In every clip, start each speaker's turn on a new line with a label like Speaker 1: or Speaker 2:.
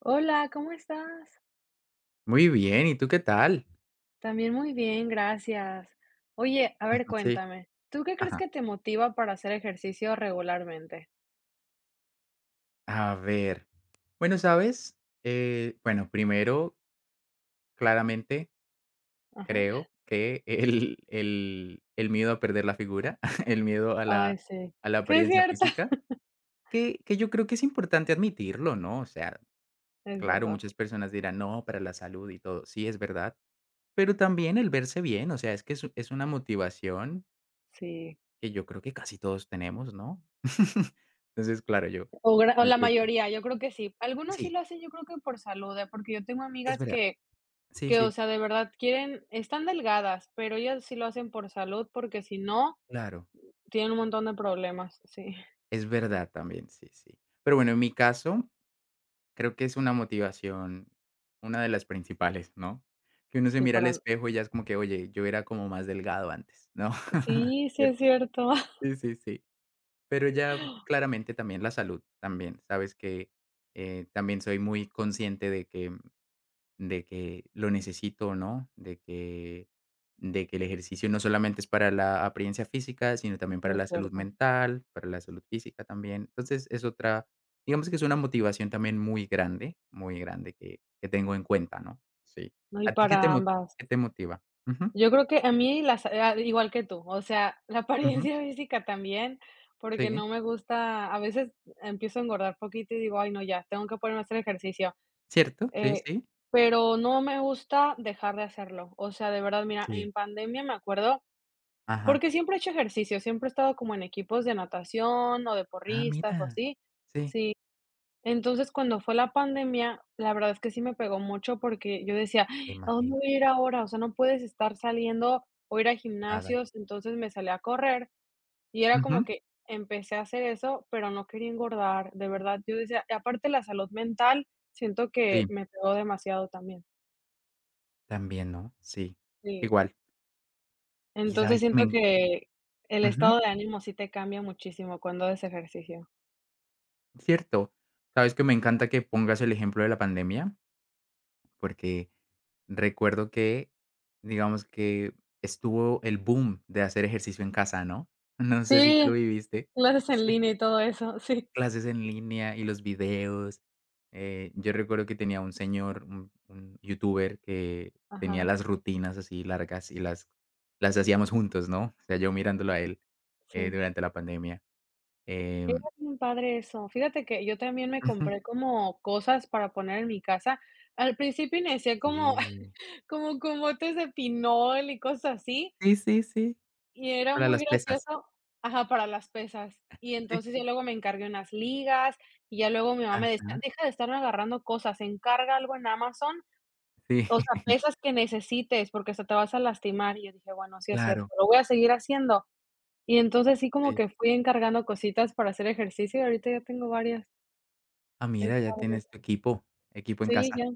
Speaker 1: Hola, ¿cómo estás?
Speaker 2: Muy bien, ¿y tú qué tal?
Speaker 1: También muy bien, gracias. Oye, a ver,
Speaker 2: Sí,
Speaker 1: cuéntame, ¿tú qué crees
Speaker 2: ajá.
Speaker 1: que te motiva para hacer ejercicio regularmente?
Speaker 2: A ver, bueno, ¿sabes? Bueno, primero, claramente
Speaker 1: Ajá.
Speaker 2: creo que el miedo a perder la figura, el miedo
Speaker 1: Ay, sí.
Speaker 2: a la
Speaker 1: Sí, es
Speaker 2: apariencia
Speaker 1: cierto.
Speaker 2: física, que yo creo que es importante admitirlo, ¿no? O sea,
Speaker 1: Es
Speaker 2: claro,
Speaker 1: verdad,
Speaker 2: muchas personas dirán: "No, para la salud y todo". Sí, es verdad, pero también el verse bien, o sea, es que es una motivación
Speaker 1: sí.
Speaker 2: que yo creo que casi todos tenemos, ¿no? Entonces, claro, yo
Speaker 1: O o
Speaker 2: yo
Speaker 1: la
Speaker 2: creo.
Speaker 1: mayoría, yo creo que sí. Algunos sí
Speaker 2: Sí,
Speaker 1: lo hacen, yo creo que por salud, ¿eh? Porque yo tengo
Speaker 2: es
Speaker 1: amigas
Speaker 2: verdad. Sí,
Speaker 1: que, o
Speaker 2: sí,
Speaker 1: sea, de verdad quieren, están delgadas, pero ellas sí lo hacen por salud, porque si no,
Speaker 2: claro.
Speaker 1: tienen un montón de problemas. Sí,
Speaker 2: Es verdad también, sí, sí. Pero bueno, en mi caso, creo que es una motivación, una de las principales, ¿no? Que uno se
Speaker 1: sí,
Speaker 2: mira al
Speaker 1: para,
Speaker 2: espejo y ya es como que, oye, yo era como más delgado antes, ¿no?
Speaker 1: sí, sí es
Speaker 2: ¿Cierto?
Speaker 1: cierto.
Speaker 2: Sí, sí, sí. Pero ya claramente también la salud, también, sabes que también soy muy consciente de que lo necesito o no, de que el ejercicio no solamente es para la apariencia física, sino también para
Speaker 1: Es
Speaker 2: la salud
Speaker 1: cierto.
Speaker 2: mental, para la salud física también. Entonces, es otra, digamos, que es una motivación también muy grande, muy grande, que tengo en cuenta, ¿no? Sí.
Speaker 1: No, y
Speaker 2: ¿A ti qué te
Speaker 1: para
Speaker 2: moti
Speaker 1: ambas.
Speaker 2: qué te motiva? Ujú,
Speaker 1: Yo creo que a mí las ah, igual que tú, o sea, la
Speaker 2: ujú.
Speaker 1: apariencia física también, porque
Speaker 2: Sí,
Speaker 1: no me gusta, a veces empiezo a engordar poquito y digo: "Ay no, ya, tengo que ponerme a hacer ejercicio",
Speaker 2: ¿cierto? Sí,
Speaker 1: eh,
Speaker 2: sí.
Speaker 1: pero no me gusta dejar de hacerlo, o sea, de verdad, mira, en
Speaker 2: Sí.
Speaker 1: pandemia me acuerdo,
Speaker 2: Ajá.
Speaker 1: porque siempre he hecho ejercicio, siempre he estado como en equipos de natación o de
Speaker 2: Ah,
Speaker 1: porristas o
Speaker 2: mira.
Speaker 1: así,
Speaker 2: Sí,
Speaker 1: sí entonces, cuando fue la pandemia, la verdad es que sí me pegó mucho porque yo decía:
Speaker 2: me
Speaker 1: "Ay, ¿a dónde
Speaker 2: imagino.
Speaker 1: voy a ir ahora?". O sea, no puedes estar saliendo o ir a
Speaker 2: Nada.
Speaker 1: gimnasios, entonces me salí a correr y era como
Speaker 2: Ujú.
Speaker 1: que empecé a hacer eso, pero no quería engordar, de verdad. Yo decía y aparte la salud mental, siento que
Speaker 2: Sí,
Speaker 1: me pegó demasiado también.
Speaker 2: también, ¿no? Sí,
Speaker 1: Sí.
Speaker 2: igual. Y
Speaker 1: Entonces
Speaker 2: sabes que me
Speaker 1: siento
Speaker 2: en
Speaker 1: que el
Speaker 2: ujú.
Speaker 1: estado de ánimo sí te cambia muchísimo cuando haces ejercicio.
Speaker 2: Cierto. Sabes que me encanta que pongas el ejemplo de la pandemia, porque recuerdo que, digamos que estuvo el boom de hacer ejercicio en casa, ¿no? No sé si te lo
Speaker 1: Sí,
Speaker 2: viviste.
Speaker 1: clases en
Speaker 2: Sí,
Speaker 1: línea y todo eso, sí.
Speaker 2: clases en línea y los videos. Yo recuerdo que tenía un señor, un youtuber que tenía
Speaker 1: Ajá,
Speaker 2: las rutinas así largas y las hacíamos juntos, ¿no? O sea, yo mirándolo a él
Speaker 1: sí.
Speaker 2: durante la pandemia. Em,
Speaker 1: Era bien padre eso. Fíjate que yo también me compré como cosas para poner en mi casa. Al principio inicié como
Speaker 2: Sí.
Speaker 1: como con botes de pinol y cosas así,
Speaker 2: Sí, sí, sí.
Speaker 1: y era
Speaker 2: Para
Speaker 1: muy
Speaker 2: las pesas,
Speaker 1: gracioso ajá, para las pesas. Y
Speaker 2: sí.
Speaker 1: entonces ya luego me encargué unas ligas, y ya luego mi mamá me decía:
Speaker 2: Ajá,
Speaker 1: "Deja de estar agarrando cosas, encarga algo en Amazon,
Speaker 2: sí,
Speaker 1: o sea, pesas que necesites, porque hasta te vas a lastimar". Y yo dije: "Bueno, sí es cierto,
Speaker 2: claro,
Speaker 1: lo voy a seguir haciendo". Y entonces sí como
Speaker 2: sí.
Speaker 1: que fui encargando cositas para hacer ejercicio, y ahorita ya tengo varias.
Speaker 2: Ah,
Speaker 1: Es
Speaker 2: mira, ya
Speaker 1: padre
Speaker 2: tienes
Speaker 1: eso.
Speaker 2: tu equipo, equipo en
Speaker 1: Sí,
Speaker 2: casa,
Speaker 1: ya.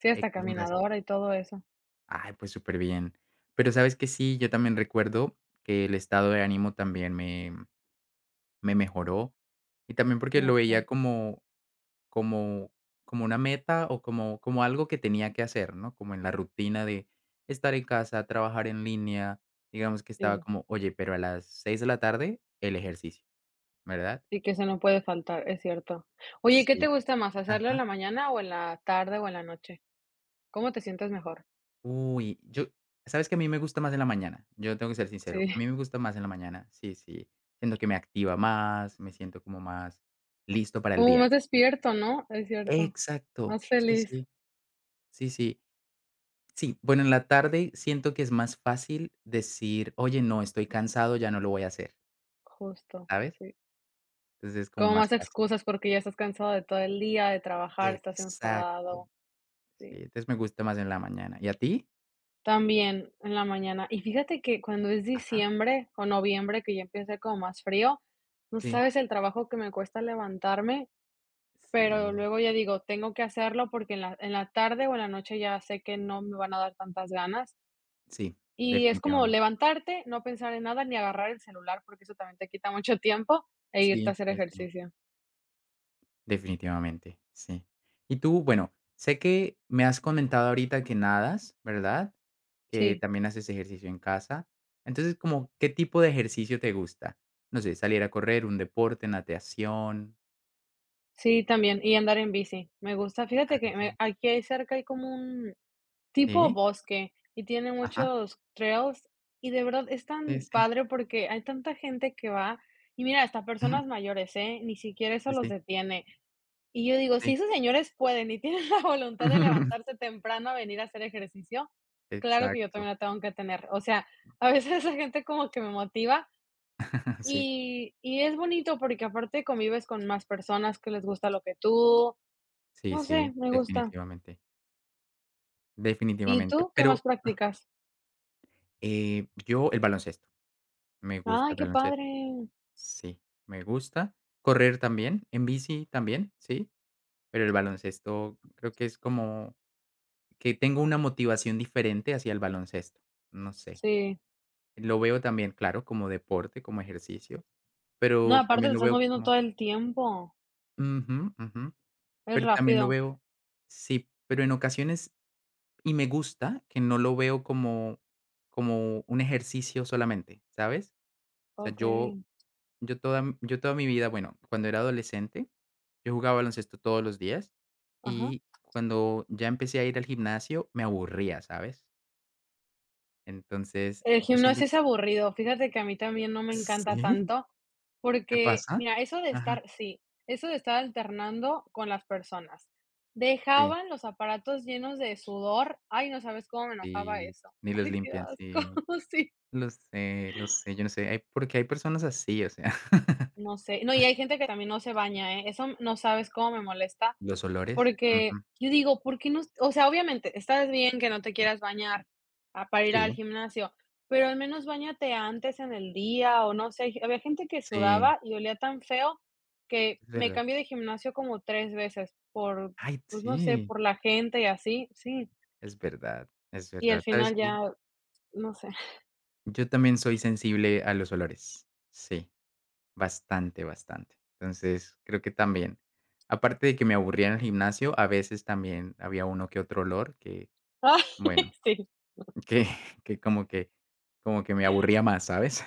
Speaker 1: Sí, hasta
Speaker 2: equipo en casa.
Speaker 1: caminadora y todo eso.
Speaker 2: Ay, pues súper bien. Pero, ¿sabes que... Sí, yo también recuerdo que el estado de ánimo también me mejoró, y también porque lo
Speaker 1: Mucho.
Speaker 2: veía como como como una meta o como algo que tenía que hacer, ¿no? Como en la rutina de estar en casa, trabajar en línea, digamos que estaba
Speaker 1: Sí,
Speaker 2: como: "Oye, pero a las 6 de la tarde, el ejercicio", ¿verdad?
Speaker 1: sí, que eso no puede faltar, es cierto. Oye, ¿qué te
Speaker 2: Sí,
Speaker 1: gusta más, hacerlo en
Speaker 2: ajá.
Speaker 1: la mañana o en la tarde o en la noche? ¿Cómo te sientes mejor?
Speaker 2: Uy, yo, ¿sabes que... A mí me gusta más en la mañana, yo tengo que ser sincero,
Speaker 1: Sí,
Speaker 2: a mí me gusta más en la mañana, sí, sí, siento que me activa más, me siento como más listo para el
Speaker 1: como más
Speaker 2: día.
Speaker 1: despierto, ¿no? Es cierto.
Speaker 2: Exacto,
Speaker 1: Más
Speaker 2: sí,
Speaker 1: feliz.
Speaker 2: sí, sí, sí. Sí, bueno, en la tarde siento que es más fácil decir: "Oye, no, estoy cansado, ya no lo voy a hacer",
Speaker 1: Justo,
Speaker 2: ¿sabes?
Speaker 1: sí.
Speaker 2: Entonces es como
Speaker 1: Como más
Speaker 2: más fácil.
Speaker 1: excusas porque ya estás cansado de todo el día, de trabajar, estás
Speaker 2: Exacto,
Speaker 1: enfadado. Sí.
Speaker 2: sí, entonces me gusta más en la mañana, ¿y a ti?
Speaker 1: También en la mañana. Y fíjate que cuando es
Speaker 2: Ajá,
Speaker 1: diciembre o noviembre, que ya empieza como más frío, no
Speaker 2: sí,
Speaker 1: sabes el trabajo que me cuesta levantarme, pero
Speaker 2: sí,
Speaker 1: luego ya digo, tengo que hacerlo porque en la tarde o en la noche ya sé que no me van a dar tantas ganas.
Speaker 2: sí,
Speaker 1: Y es como
Speaker 2: definitivamente.
Speaker 1: levantarte, no pensar en nada ni agarrar el celular porque eso también te quita mucho tiempo e
Speaker 2: Sí,
Speaker 1: irte a hacer
Speaker 2: sí, sí.
Speaker 1: ejercicio.
Speaker 2: Definitivamente, sí. Y tú, bueno, sé que me has comentado ahorita que nadas, ¿verdad? Que
Speaker 1: Sí,
Speaker 2: también haces ejercicio en casa. Entonces, como, ¿qué tipo de ejercicio te gusta? No sé, salir a correr, un deporte, natación.
Speaker 1: sí, también. Y andar en bici. Me gusta. Fíjate que
Speaker 2: Ándale.
Speaker 1: aquí hay cerca hay como un, tipo
Speaker 2: Sí,
Speaker 1: bosque, y tiene
Speaker 2: ajá,
Speaker 1: muchos trails, y de verdad es
Speaker 2: sí,
Speaker 1: tan
Speaker 2: sí.
Speaker 1: padre porque hay tanta gente que va, y mira, hasta personas mayores, ¿eh? Ni siquiera eso
Speaker 2: Sí,
Speaker 1: los
Speaker 2: sí,
Speaker 1: detiene. Y yo digo, si
Speaker 2: sí.
Speaker 1: esos señores pueden y tienen la voluntad de levantarse temprano a venir a hacer ejercicio, claro que yo también
Speaker 2: Exacto.
Speaker 1: la tengo que tener. O sea, a veces esa gente como que me motiva
Speaker 2: Sí,
Speaker 1: y es bonito porque aparte convives con más personas que les gusta lo que tú,
Speaker 2: sí,
Speaker 1: no
Speaker 2: sí,
Speaker 1: sé, me gusta.
Speaker 2: definitivamente,
Speaker 1: ¿Y
Speaker 2: definitivamente.
Speaker 1: tú qué más
Speaker 2: Pero, ah,
Speaker 1: practicas?
Speaker 2: yo, el baloncesto, me gusta
Speaker 1: Ay,
Speaker 2: el
Speaker 1: qué
Speaker 2: baloncesto.
Speaker 1: padre.
Speaker 2: Sí, me gusta. Correr también, en bici también, sí, pero el baloncesto creo que es como que tengo una motivación diferente hacia el baloncesto, no sé.
Speaker 1: Sí.
Speaker 2: Lo veo también, claro, como deporte, como ejercicio,
Speaker 1: No,
Speaker 2: pero
Speaker 1: aparte
Speaker 2: también
Speaker 1: te
Speaker 2: lo
Speaker 1: estás
Speaker 2: veo
Speaker 1: moviendo
Speaker 2: como...
Speaker 1: todo el tiempo.
Speaker 2: ujú, ujú,
Speaker 1: Es
Speaker 2: pero también lo
Speaker 1: rápido.
Speaker 2: veo... sí, pero en ocasiones, y me gusta que no lo veo como como un ejercicio solamente, ¿sabes? O sea, yo...
Speaker 1: Okey.
Speaker 2: Yo toda m yo toda mi vida, bueno, cuando era adolescente, yo jugaba baloncesto todos los días,
Speaker 1: Ajá.
Speaker 2: y cuando ya empecé a ir al gimnasio, me aburría, ¿sabes? Entonces,
Speaker 1: El
Speaker 2: yo siento
Speaker 1: gimnasio
Speaker 2: que...
Speaker 1: es aburrido. Fíjate que a mí también no me encanta
Speaker 2: Sí,
Speaker 1: tanto,
Speaker 2: ¿qué
Speaker 1: porque,
Speaker 2: pasa?
Speaker 1: mira, eso de estar
Speaker 2: Ajá,
Speaker 1: sí, eso de estar alternando con las personas.
Speaker 2: sí,
Speaker 1: Dejaban los aparatos llenos de sudor. Ay, no sabes cómo me enojaba
Speaker 2: sí,
Speaker 1: eso.
Speaker 2: ni los
Speaker 1: Ay, qué
Speaker 2: limpian,
Speaker 1: asco.
Speaker 2: sí.
Speaker 1: Sí.
Speaker 2: Lo sé, yo no sé, hay... porque hay personas así, o sea,
Speaker 1: No sé. No, y hay gente que también no se baña, ¿eh? Eso no sabes cómo me molesta,
Speaker 2: los olores,
Speaker 1: porque
Speaker 2: ujú,
Speaker 1: yo digo, ¿por qué no? O sea, obviamente, estás bien que no te quieras bañar, ah, para ir
Speaker 2: sí,
Speaker 1: al gimnasio, pero al menos bañate antes en el día o no sé, había gente que
Speaker 2: sí,
Speaker 1: sudaba y olía tan feo que
Speaker 2: es
Speaker 1: me
Speaker 2: verdad.
Speaker 1: cambié de gimnasio como 3 veces por,
Speaker 2: Ay,
Speaker 1: pues, no sé,
Speaker 2: sí,
Speaker 1: por la gente y así, sí,
Speaker 2: es
Speaker 1: y al
Speaker 2: verdad, ¿sabes
Speaker 1: final
Speaker 2: qué?
Speaker 1: ya, no sé.
Speaker 2: Yo también soy sensible a los olores. Sí, bastante, bastante. Entonces, creo que también, aparte de que me aburría en el gimnasio, a veces también había uno que otro olor que,
Speaker 1: Ah,
Speaker 2: bueno,
Speaker 1: sí,
Speaker 2: que que como que como que me aburría más, ¿sabes?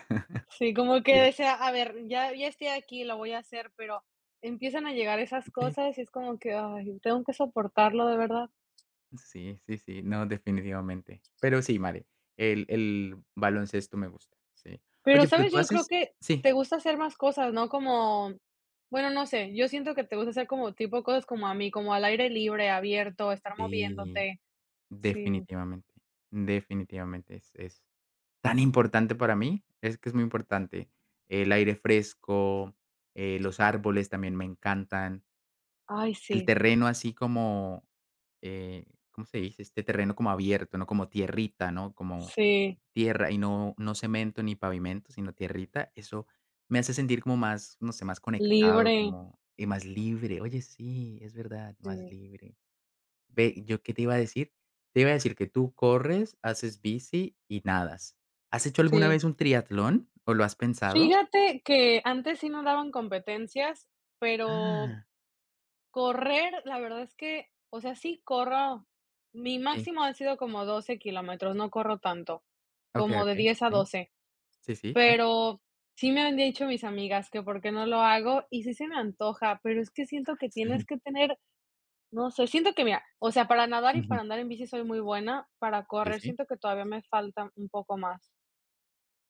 Speaker 1: sí, como que
Speaker 2: Sí,
Speaker 1: decía, a ver, ya estoy aquí, lo voy a hacer, pero empiezan a llegar esas
Speaker 2: sí,
Speaker 1: cosas y es como que, ay, tengo que soportarlo, de verdad.
Speaker 2: sí, sí, sí, no, definitivamente. Pero sí, vale, el baloncesto me gusta, sí.
Speaker 1: Pero,
Speaker 2: Oye, pero
Speaker 1: ¿sabes?
Speaker 2: tú
Speaker 1: Yo creo
Speaker 2: haces...
Speaker 1: que
Speaker 2: sí,
Speaker 1: te gusta hacer más cosas, ¿no? Como, bueno, no sé, yo siento que te gusta hacer como tipo cosas como a mí, como al aire libre, abierto, estar
Speaker 2: sí,
Speaker 1: moviéndote. Sí.
Speaker 2: definitivamente, definitivamente, es tan importante para mí, es que es muy importante. El aire fresco, los árboles también me encantan,
Speaker 1: Ay,
Speaker 2: el
Speaker 1: sí.
Speaker 2: terreno así como, eh, ¿cómo se dice? Este terreno como abierto, ¿no? Como tierrita, ¿no? Como
Speaker 1: Sí.
Speaker 2: tierra y no, no cemento ni pavimento, sino tierrita. Eso me hace sentir como más, no sé, más conectado,
Speaker 1: Libre.
Speaker 2: como, y más libre. Oye, sí, es verdad, más
Speaker 1: Sí,
Speaker 2: libre. Ve, ¿yo qué te iba a decir? Te iba a decir que tú corres, haces bici y nadas. ¿Has hecho alguna
Speaker 1: sí.
Speaker 2: vez un triatlón o lo has pensado?
Speaker 1: Fíjate que antes sí nos daban competencias, pero
Speaker 2: Ah,
Speaker 1: correr, la verdad es que, o sea, sí corro. Mi
Speaker 2: sí.
Speaker 1: máximo han sido como 12 kilómetros, no corro tanto,
Speaker 2: Okey,
Speaker 1: como de
Speaker 2: okey.
Speaker 1: diez a
Speaker 2: Sí,
Speaker 1: doce
Speaker 2: sí, sí, sí.
Speaker 1: Pero sí me han dicho mis amigas que por qué no lo hago, y sí se me antoja, pero es que siento que tienes
Speaker 2: Sí.
Speaker 1: que tener, no sé, siento que mira, o sea, para nadar y para
Speaker 2: Ujú.
Speaker 1: andar en bici soy muy buena, para
Speaker 2: Sí,
Speaker 1: correr
Speaker 2: sí.
Speaker 1: siento que todavía me falta un poco más.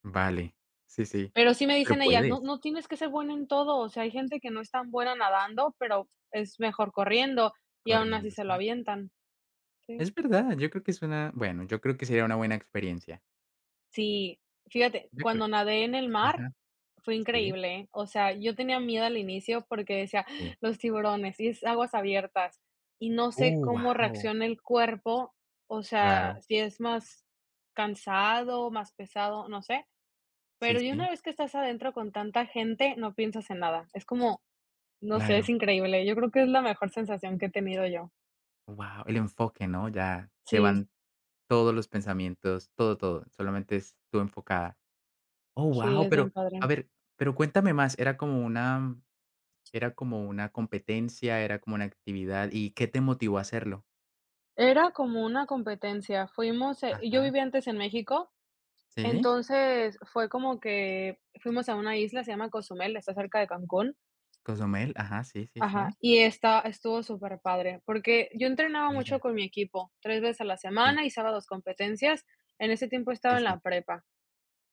Speaker 2: Vale. Sí, sí.
Speaker 1: Pero sí me
Speaker 2: Pero
Speaker 1: dicen ellas: "No
Speaker 2: puedes,
Speaker 1: no tienes que ser buena en todo, o sea, hay gente que no es tan buena nadando, pero es mejor corriendo, y aún así
Speaker 2: corriendo,
Speaker 1: se lo
Speaker 2: sí.
Speaker 1: avientan". Sí.
Speaker 2: Es verdad, yo creo que es una... bueno, yo creo que sería una buena experiencia.
Speaker 1: Sí, fíjate,
Speaker 2: Yo creo...
Speaker 1: cuando nadé en el mar,
Speaker 2: ajá.
Speaker 1: fue
Speaker 2: Sí,
Speaker 1: increíble. O sea, yo tenía miedo al inicio porque decía: "Ah,
Speaker 2: sí.
Speaker 1: los tiburones", y es aguas abiertas, y no sé
Speaker 2: Uh,
Speaker 1: cómo
Speaker 2: wow.
Speaker 1: reacciona el cuerpo, o sea,
Speaker 2: Claro.
Speaker 1: si es más cansado, más pesado, no sé,
Speaker 2: Sí,
Speaker 1: pero ya una
Speaker 2: sí,
Speaker 1: vez que estás adentro con tanta gente, no piensas en nada. Es como, no sé, es
Speaker 2: claro.
Speaker 1: increíble. Yo creo que es la mejor sensación que he tenido yo.
Speaker 2: Wow, el enfoque, ¿no? Ya se
Speaker 1: Sí,
Speaker 2: van... todos los pensamientos, todo, todo, solamente es tú enfocada. Oh,
Speaker 1: sí,
Speaker 2: wow,
Speaker 1: es bien
Speaker 2: pero, a
Speaker 1: padre.
Speaker 2: ver, pero cuéntame más, ¿era como una... era como una competencia, era como una actividad, y qué te motivó a hacerlo?
Speaker 1: Era como una competencia. Fuimos, yo
Speaker 2: Ajá,
Speaker 1: vivía antes en México.
Speaker 2: sí,
Speaker 1: Entonces, fue como que fuimos a una isla, se llama Cozumel, está cerca de Cancún.
Speaker 2: Cozumel, ajá, sí, sí,
Speaker 1: Ajá,
Speaker 2: sí.
Speaker 1: y está estuvo súper padre porque yo entrenaba mucho
Speaker 2: Mira,
Speaker 1: con mi equipo, 3 veces a la
Speaker 2: sí,
Speaker 1: semana y sábados competencias. En ese tiempo estaba
Speaker 2: sí,
Speaker 1: en
Speaker 2: sí.
Speaker 1: la prepa.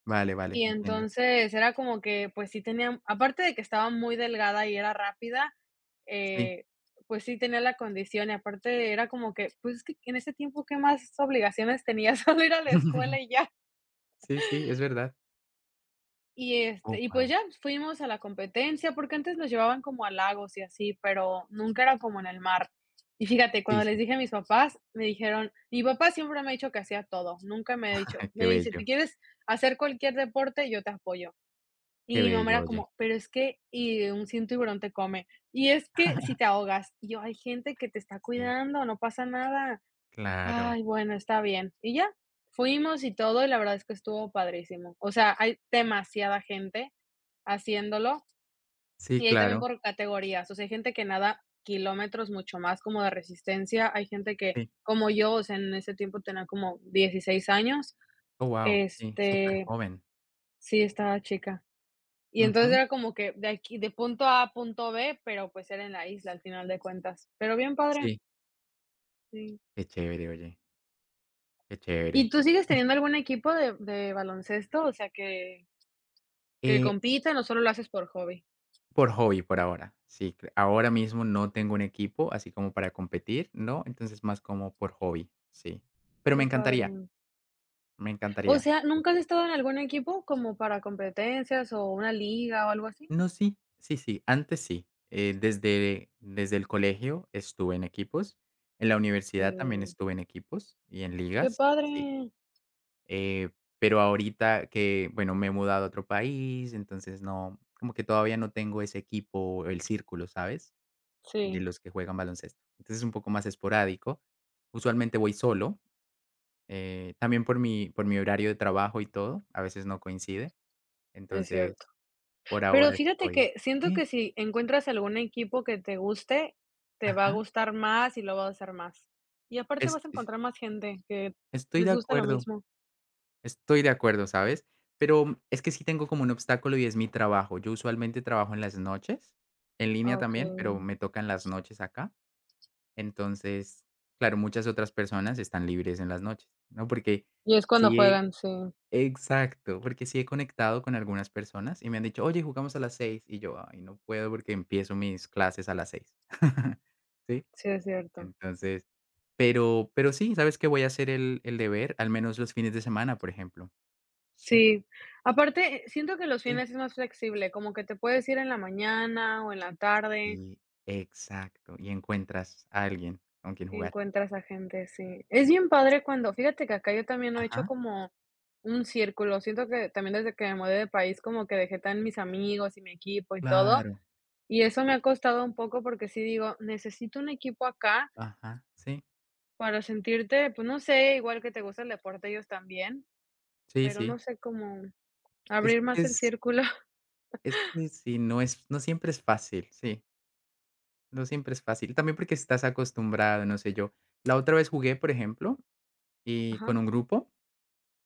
Speaker 2: Vale, vale,
Speaker 1: Y
Speaker 2: entiendo.
Speaker 1: entonces era como que, pues sí tenía, aparte de que estaba muy delgada y era rápida,
Speaker 2: Sí.
Speaker 1: eh, pues sí tenía la condición y aparte era como que, pues es que en ese tiempo, ¿qué más obligaciones tenía? Solo ir a la escuela y ya.
Speaker 2: Sí, sí, es verdad.
Speaker 1: Y, este,
Speaker 2: Oh,
Speaker 1: y pues
Speaker 2: wow.
Speaker 1: ya fuimos a la competencia, porque antes nos llevaban como a lagos y así, pero nunca era como en el mar. Y fíjate,
Speaker 2: Sí,
Speaker 1: cuando les
Speaker 2: sí.
Speaker 1: dije a mis papás, me dijeron, mi papá siempre me ha dicho que hacía todo, nunca me ha dicho, me
Speaker 2: Qué
Speaker 1: dice,
Speaker 2: bello,
Speaker 1: si quieres hacer cualquier deporte, yo te apoyo. Y
Speaker 2: qué
Speaker 1: mi mamá
Speaker 2: bello,
Speaker 1: era
Speaker 2: oye.
Speaker 1: como, pero es que, y un si un tiburón te come, y es que si te ahogas, y yo, hay gente que te está
Speaker 2: Sí,
Speaker 1: cuidando, no pasa nada.
Speaker 2: claro.
Speaker 1: Ay, bueno, está bien. Y ya, fuimos y todo, y la verdad es que estuvo padrísimo. O sea, hay demasiada gente haciéndolo,
Speaker 2: Sí,
Speaker 1: y hay también
Speaker 2: claro.
Speaker 1: por categorías. O sea, hay gente que nada kilómetros mucho más como de resistencia, hay gente que,
Speaker 2: Sí.
Speaker 1: como yo, o sea, en ese tiempo tenía como 16 años,
Speaker 2: Oh, wow. Sí,
Speaker 1: este,
Speaker 2: superjoven.
Speaker 1: sí, estaba chica. Y entonces
Speaker 2: Ujú.
Speaker 1: era como que de aquí, de punto A a punto B, pero pues era en la isla al final de cuentas. Pero bien padre,
Speaker 2: Sí.
Speaker 1: sí.
Speaker 2: Qué chévere, oye, qué
Speaker 1: ¿Y
Speaker 2: chévere.
Speaker 1: tú sigues teniendo algún equipo de baloncesto? O sea, que
Speaker 2: Eh,
Speaker 1: compitan o solo lo haces por hobby.
Speaker 2: por hobby, por ahora. Sí, cl- ahora mismo no tengo un equipo así como para competir, ¿no? Entonces más como por hobby, sí. Pero
Speaker 1: Qué
Speaker 2: me
Speaker 1: padre.
Speaker 2: encantaría, me
Speaker 1: O
Speaker 2: encantaría.
Speaker 1: sea,
Speaker 2: Me
Speaker 1: ¿nunca has
Speaker 2: encan-...
Speaker 1: estado en algún equipo como para competencias o una liga o algo así?
Speaker 2: No, sí, sí, sí, antes sí. Desde el colegio estuve en equipos, en la universidad también
Speaker 1: Mm,
Speaker 2: estuve en equipos y en
Speaker 1: qué
Speaker 2: ligas,
Speaker 1: padre.
Speaker 2: sí. Eh, pero ahorita que, bueno, me he mudado a otro país, entonces no, como que todavía no tengo ese equipo, el círculo, ¿sabes?, de
Speaker 1: Sí,
Speaker 2: los que juegan baloncesto. Entonces, es un poco más esporádico. Usualmente voy solo, también por mi horario de trabajo y todo, a veces no coincide.
Speaker 1: es
Speaker 2: Entonces,
Speaker 1: cierto.
Speaker 2: por
Speaker 1: Pero
Speaker 2: ahora
Speaker 1: fíjate
Speaker 2: estoy...
Speaker 1: que siento que
Speaker 2: sí,
Speaker 1: si encuentras algún equipo que te guste, te va a
Speaker 2: ajá,
Speaker 1: gustar más y lo vas a hacer más. Y aparte vas a
Speaker 2: es
Speaker 1: encontrar más gente que
Speaker 2: estoy de
Speaker 1: les gusta lo
Speaker 2: acuerdo,
Speaker 1: mismo.
Speaker 2: estoy de acuerdo, ¿sabes? Pero es que sí tengo como un obstáculo y es mi trabajo. Yo usualmente trabajo en las noches, en línea también,
Speaker 1: Okey.
Speaker 2: pero me tocan las noches acá. Entonces, claro, muchas otras personas están libres en las noches, ¿no? Porque
Speaker 1: Y es cuando
Speaker 2: sí.
Speaker 1: juegan, sí,
Speaker 2: Exacto, porque sí he conectado con algunas personas y me han dicho: "Oye, jugamos a las seis", y yo: "Ay, no puedo porque empiezo mis clases a las seis". ¿Sí?
Speaker 1: sí es cierto.
Speaker 2: Entonces, pero sí, ¿sabes qué? Voy a hacer el deber, al menos los fines de semana, por ejemplo. Sí.
Speaker 1: Sí, aparte, siento que los
Speaker 2: Sí.
Speaker 1: fines es más flexible, como que te puedes ir en la mañana o en la tarde
Speaker 2: Y exacto, y encuentras a alguien con quien
Speaker 1: y
Speaker 2: jugar.
Speaker 1: encuentras a gente, sí. Es bien padre cuando fíjate que acá yo también no he hecho
Speaker 2: Ajá,
Speaker 1: como un círculo, siento que también desde que me mudé de país como que dejé tan mis amigos y mi equipo y todo,
Speaker 2: claro.
Speaker 1: y eso me ha
Speaker 2: Sí,
Speaker 1: costado un poco porque sí digo, necesito un equipo acá
Speaker 2: ajá, sí,
Speaker 1: para sentirte, pues no sé, igual que te gusta el deporte ellos también,
Speaker 2: sí,
Speaker 1: pero no
Speaker 2: sí.
Speaker 1: sé cómo
Speaker 2: Es
Speaker 1: abrir
Speaker 2: que
Speaker 1: más el
Speaker 2: es...
Speaker 1: círculo.
Speaker 2: es que sí, no es... no siempre es fácil, sí. No siempre es fácil, también porque estás acostumbrado, no sé yo. La otra vez jugué, por ejemplo, y con
Speaker 1: Ajá,
Speaker 2: un grupo,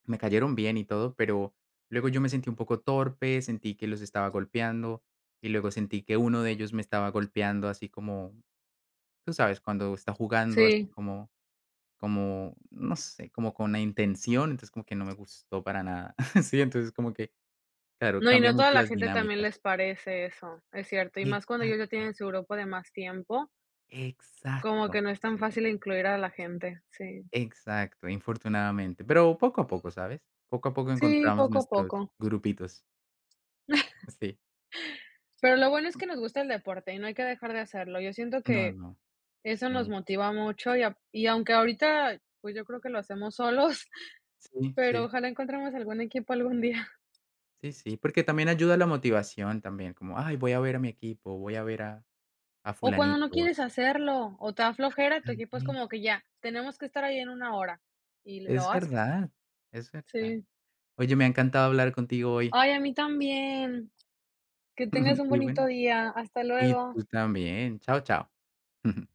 Speaker 2: me cayeron bien y todo, pero luego yo me sentí un poco torpe, sentí que los estaba golpeando y luego sentí que uno de ellos me estaba golpeando así como, tú sabes, cuando está jugando así
Speaker 1: sí.
Speaker 2: como como, no sé, como con la intención, entonces como que no me gustó para nada. Sí, entonces como que, claro,
Speaker 1: No, y
Speaker 2: cambia
Speaker 1: no toda
Speaker 2: mucho
Speaker 1: la
Speaker 2: las
Speaker 1: gente también
Speaker 2: dinámicas.
Speaker 1: les parece eso, es cierto, y más cuando ellos ya
Speaker 2: Exacto,
Speaker 1: tienen su grupo de más tiempo, como que
Speaker 2: exacto.
Speaker 1: no es tan
Speaker 2: Sí.
Speaker 1: fácil incluir a la gente, sí.
Speaker 2: Exacto, infortunadamente, pero poco a poco, ¿sabes? Poco a poco
Speaker 1: Sí,
Speaker 2: encontramos
Speaker 1: poco a
Speaker 2: nuestros
Speaker 1: poco.
Speaker 2: grupitos. Sí.
Speaker 1: Pero lo bueno es que nos gusta el deporte y no hay que dejar de hacerlo. Yo siento
Speaker 2: No,
Speaker 1: que
Speaker 2: no.
Speaker 1: eso nos
Speaker 2: Sí,
Speaker 1: motiva mucho y a y aunque ahorita, pues, yo creo que lo hacemos solos,
Speaker 2: sí,
Speaker 1: pero
Speaker 2: sí,
Speaker 1: ojalá encontremos algún equipo algún día.
Speaker 2: sí, sí, porque también ayuda la motivación también, como: "Ay, voy a ver a mi equipo, voy a ver a
Speaker 1: O cuando no
Speaker 2: fulanito, a
Speaker 1: quieres hacerlo o te da flojera, tu equipo es como
Speaker 2: fulanita".
Speaker 1: que ya, tenemos que estar ahí en una hora y lo
Speaker 2: Es
Speaker 1: haces.
Speaker 2: verdad, es verdad.
Speaker 1: Sí.
Speaker 2: Oye, me ha encantado hablar contigo hoy.
Speaker 1: Ay, a mí también. Que tengas un
Speaker 2: Y
Speaker 1: bonito
Speaker 2: bueno,
Speaker 1: día. Hasta
Speaker 2: y
Speaker 1: luego.
Speaker 2: tú también. Chao, chao.